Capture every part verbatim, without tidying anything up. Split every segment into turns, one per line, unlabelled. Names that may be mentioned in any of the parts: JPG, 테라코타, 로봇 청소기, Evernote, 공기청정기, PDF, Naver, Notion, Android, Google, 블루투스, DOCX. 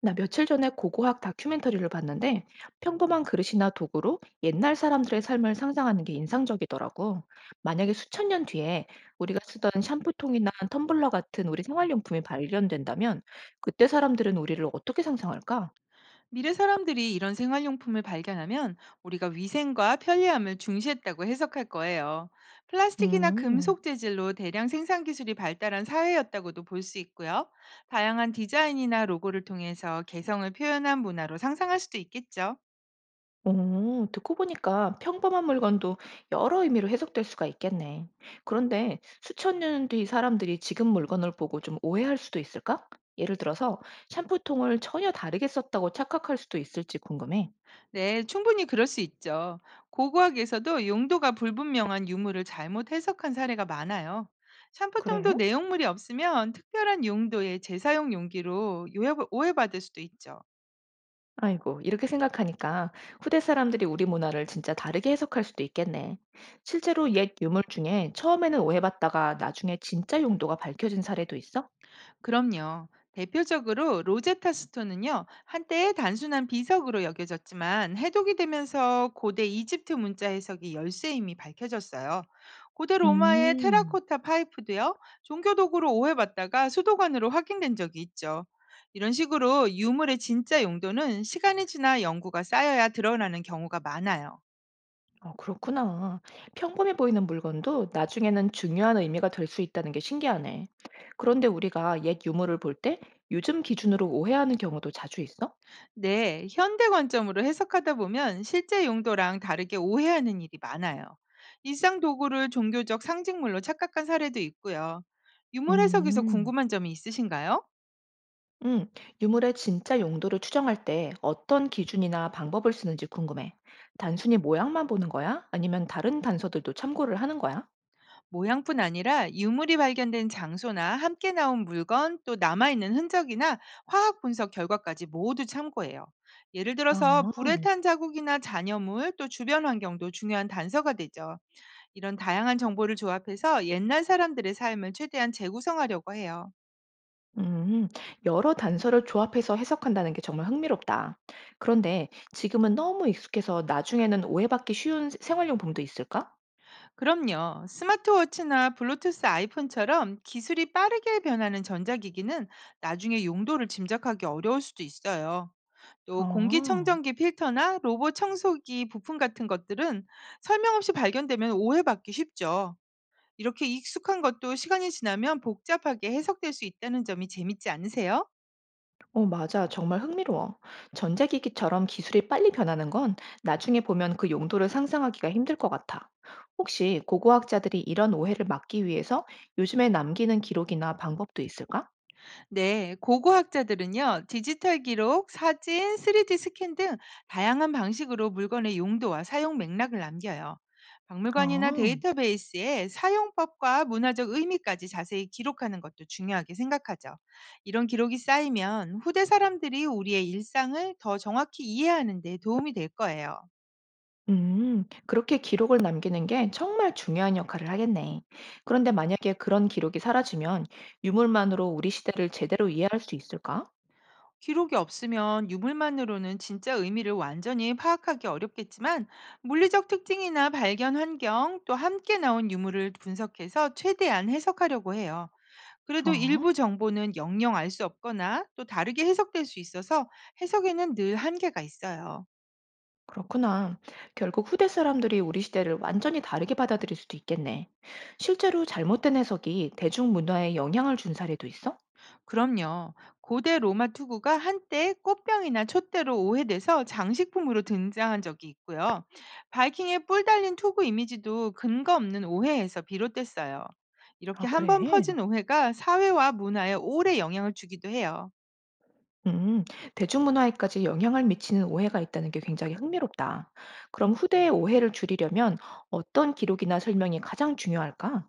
나 며칠 전에 고고학 다큐멘터리를 봤는데 평범한 그릇이나 도구로 옛날 사람들의 삶을 상상하는 게 인상적이더라고. 만약에 수천 년 뒤에 우리가 쓰던 샴푸통이나 텀블러 같은 우리 생활용품이 발견된다면 그때 사람들은 우리를 어떻게 상상할까?
미래 사람들이 이런 생활용품을 발견하면 우리가 위생과 편리함을 중시했다고 해석할 거예요. 플라스틱이나
음.
금속 재질로 대량 생산 기술이 발달한 사회였다고도 볼 수 있고요. 다양한 디자인이나 로고를 통해서 개성을 표현한 문화로 상상할 수도 있겠죠.
오, 듣고 보니까 평범한 물건도 여러 의미로 해석될 수가 있겠네. 그런데 수천 년 뒤 사람들이 지금 물건을 보고 좀 오해할 수도 있을까? 예를 들어서 샴푸통을 전혀 다르게 썼다고 착각할 수도 있을지 궁금해.
네, 충분히 그럴 수 있죠. 고고학에서도 용도가 불분명한 유물을 잘못 해석한 사례가 많아요. 샴푸통도
그래?
내용물이 없으면 특별한 용도의 재사용 용기로 요해- 오해받을 수도 있죠.
아이고, 이렇게 생각하니까 후대 사람들이 우리 문화를 진짜 다르게 해석할 수도 있겠네. 실제로 옛 유물 중에 처음에는 오해받다가 나중에 진짜 용도가 밝혀진 사례도 있어?
그럼요. 대표적으로 로제타 스톤은요, 한때 단순한 비석으로 여겨졌지만 해독이 되면서 고대 이집트 문자 해석이 열쇠임이 밝혀졌어요. 고대 로마의
음.
테라코타 파이프도요, 종교 도구로 오해받다가 수도관으로 확인된 적이 있죠. 이런 식으로 유물의 진짜 용도는 시간이 지나 연구가 쌓여야 드러나는 경우가 많아요.
아, 그렇구나. 평범해 보이는 물건도 나중에는 중요한 의미가 될 수 있다는 게 신기하네. 그런데 우리가 옛 유물을 볼 때 요즘 기준으로 오해하는 경우도 자주 있어?
네, 현대 관점으로 해석하다 보면 실제 용도랑 다르게 오해하는 일이 많아요. 일상 도구를 종교적 상징물로 착각한 사례도 있고요. 유물 해석에서
음,
궁금한 점이 있으신가요?
음, 유물의 진짜 용도를 추정할 때 어떤 기준이나 방법을 쓰는지 궁금해. 단순히 모양만 보는 거야? 아니면 다른 단서들도 참고를 하는 거야?
모양뿐 아니라 유물이 발견된 장소나 함께 나온 물건, 또 남아있는 흔적이나 화학 분석 결과까지 모두 참고해요. 예를 들어서
아.
불에 탄 자국이나 잔여물, 또 주변 환경도 중요한 단서가 되죠. 이런 다양한 정보를 조합해서 옛날 사람들의 삶을 최대한 재구성하려고 해요.
음, 여러 단서를 조합해서 해석한다는 게 정말 흥미롭다. 그런데 지금은 너무 익숙해서 나중에는 오해받기 쉬운 세- 생활용품도 있을까?
그럼요. 스마트워치나 블루투스 아이폰처럼 기술이 빠르게 변하는 전자기기는 나중에 용도를 짐작하기 어려울 수도 있어요. 또
아,
공기청정기 필터나 로봇 청소기 부품 같은 것들은 설명 없이 발견되면 오해받기 쉽죠. 이렇게 익숙한 것도 시간이 지나면 복잡하게 해석될 수 있다는 점이 재밌지 않으세요?
어, 맞아. 정말 흥미로워. 전자기기처럼 기술이 빨리 변하는 건 나중에 보면 그 용도를 상상하기가 힘들 것 같아. 혹시 고고학자들이 이런 오해를 막기 위해서 요즘에 남기는 기록이나 방법도 있을까?
네, 고고학자들은요, 디지털 기록, 사진, 쓰리디 스캔 등 다양한 방식으로 물건의 용도와 사용 맥락을 남겨요. 박물관이나
아.
데이터베이스에 사용법과 문화적 의미까지 자세히 기록하는 것도 중요하게 생각하죠. 이런 기록이 쌓이면 후대 사람들이 우리의 일상을 더 정확히 이해하는 데 도움이 될 거예요.
음, 그렇게 기록을 남기는 게 정말 중요한 역할을 하겠네. 그런데 만약에 그런 기록이 사라지면 유물만으로 우리 시대를 제대로 이해할 수 있을까?
기록이 없으면 유물만으로는 진짜 의미를 완전히 파악하기 어렵겠지만 물리적 특징이나 발견 환경 또 함께 나온 유물을 분석해서 최대한 해석하려고 해요. 그래도
아,
일부 정보는 영영 알 수 없거나 또 다르게 해석될 수 있어서 해석에는 늘 한계가 있어요.
그렇구나. 결국 후대 사람들이 우리 시대를 완전히 다르게 받아들일 수도 있겠네. 실제로 잘못된 해석이 대중문화에 영향을 준 사례도 있어?
그럼요. 고대 로마 투구가 한때 꽃병이나 촛대로 오해돼서 장식품으로 등장한 적이 있고요. 바이킹의 뿔 달린 투구 이미지도 근거 없는 오해에서 비롯됐어요.
아,
이렇게 한번
그래.
퍼진 오해가 사회와 문화에 오래 영향을 주기도 해요.
음, 대중문화에까지 영향을 미치는 오해가 있다는 게 굉장히 흥미롭다. 그럼 후대의 오해를 줄이려면 어떤 기록이나 설명이 가장 중요할까?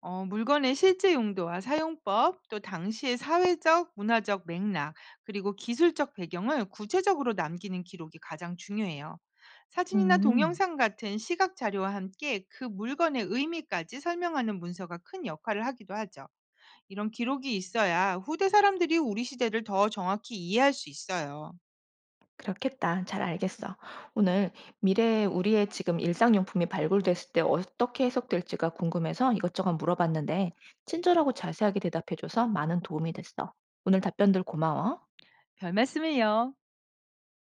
어, 물건의 실제 용도와 사용법, 또 당시의 사회적, 문화적 맥락, 그리고 기술적 배경을 구체적으로 남기는 기록이 가장 중요해요. 사진이나
음,
동영상 같은 시각 자료와 함께 그 물건의 의미까지 설명하는 문서가 큰 역할을 하기도 하죠. 이런 기록이 있어야 후대 사람들이 우리 시대를 더 정확히 이해할 수 있어요.
그렇겠다. 잘 알겠어. 오늘 미래에 우리의 지금 일상용품이 발굴됐을 때 어떻게 해석될지가 궁금해서 이것저것 물어봤는데, 친절하고 자세하게 대답해줘서 많은 도움이 됐어. 오늘 답변들 고마워.
별 말씀을요.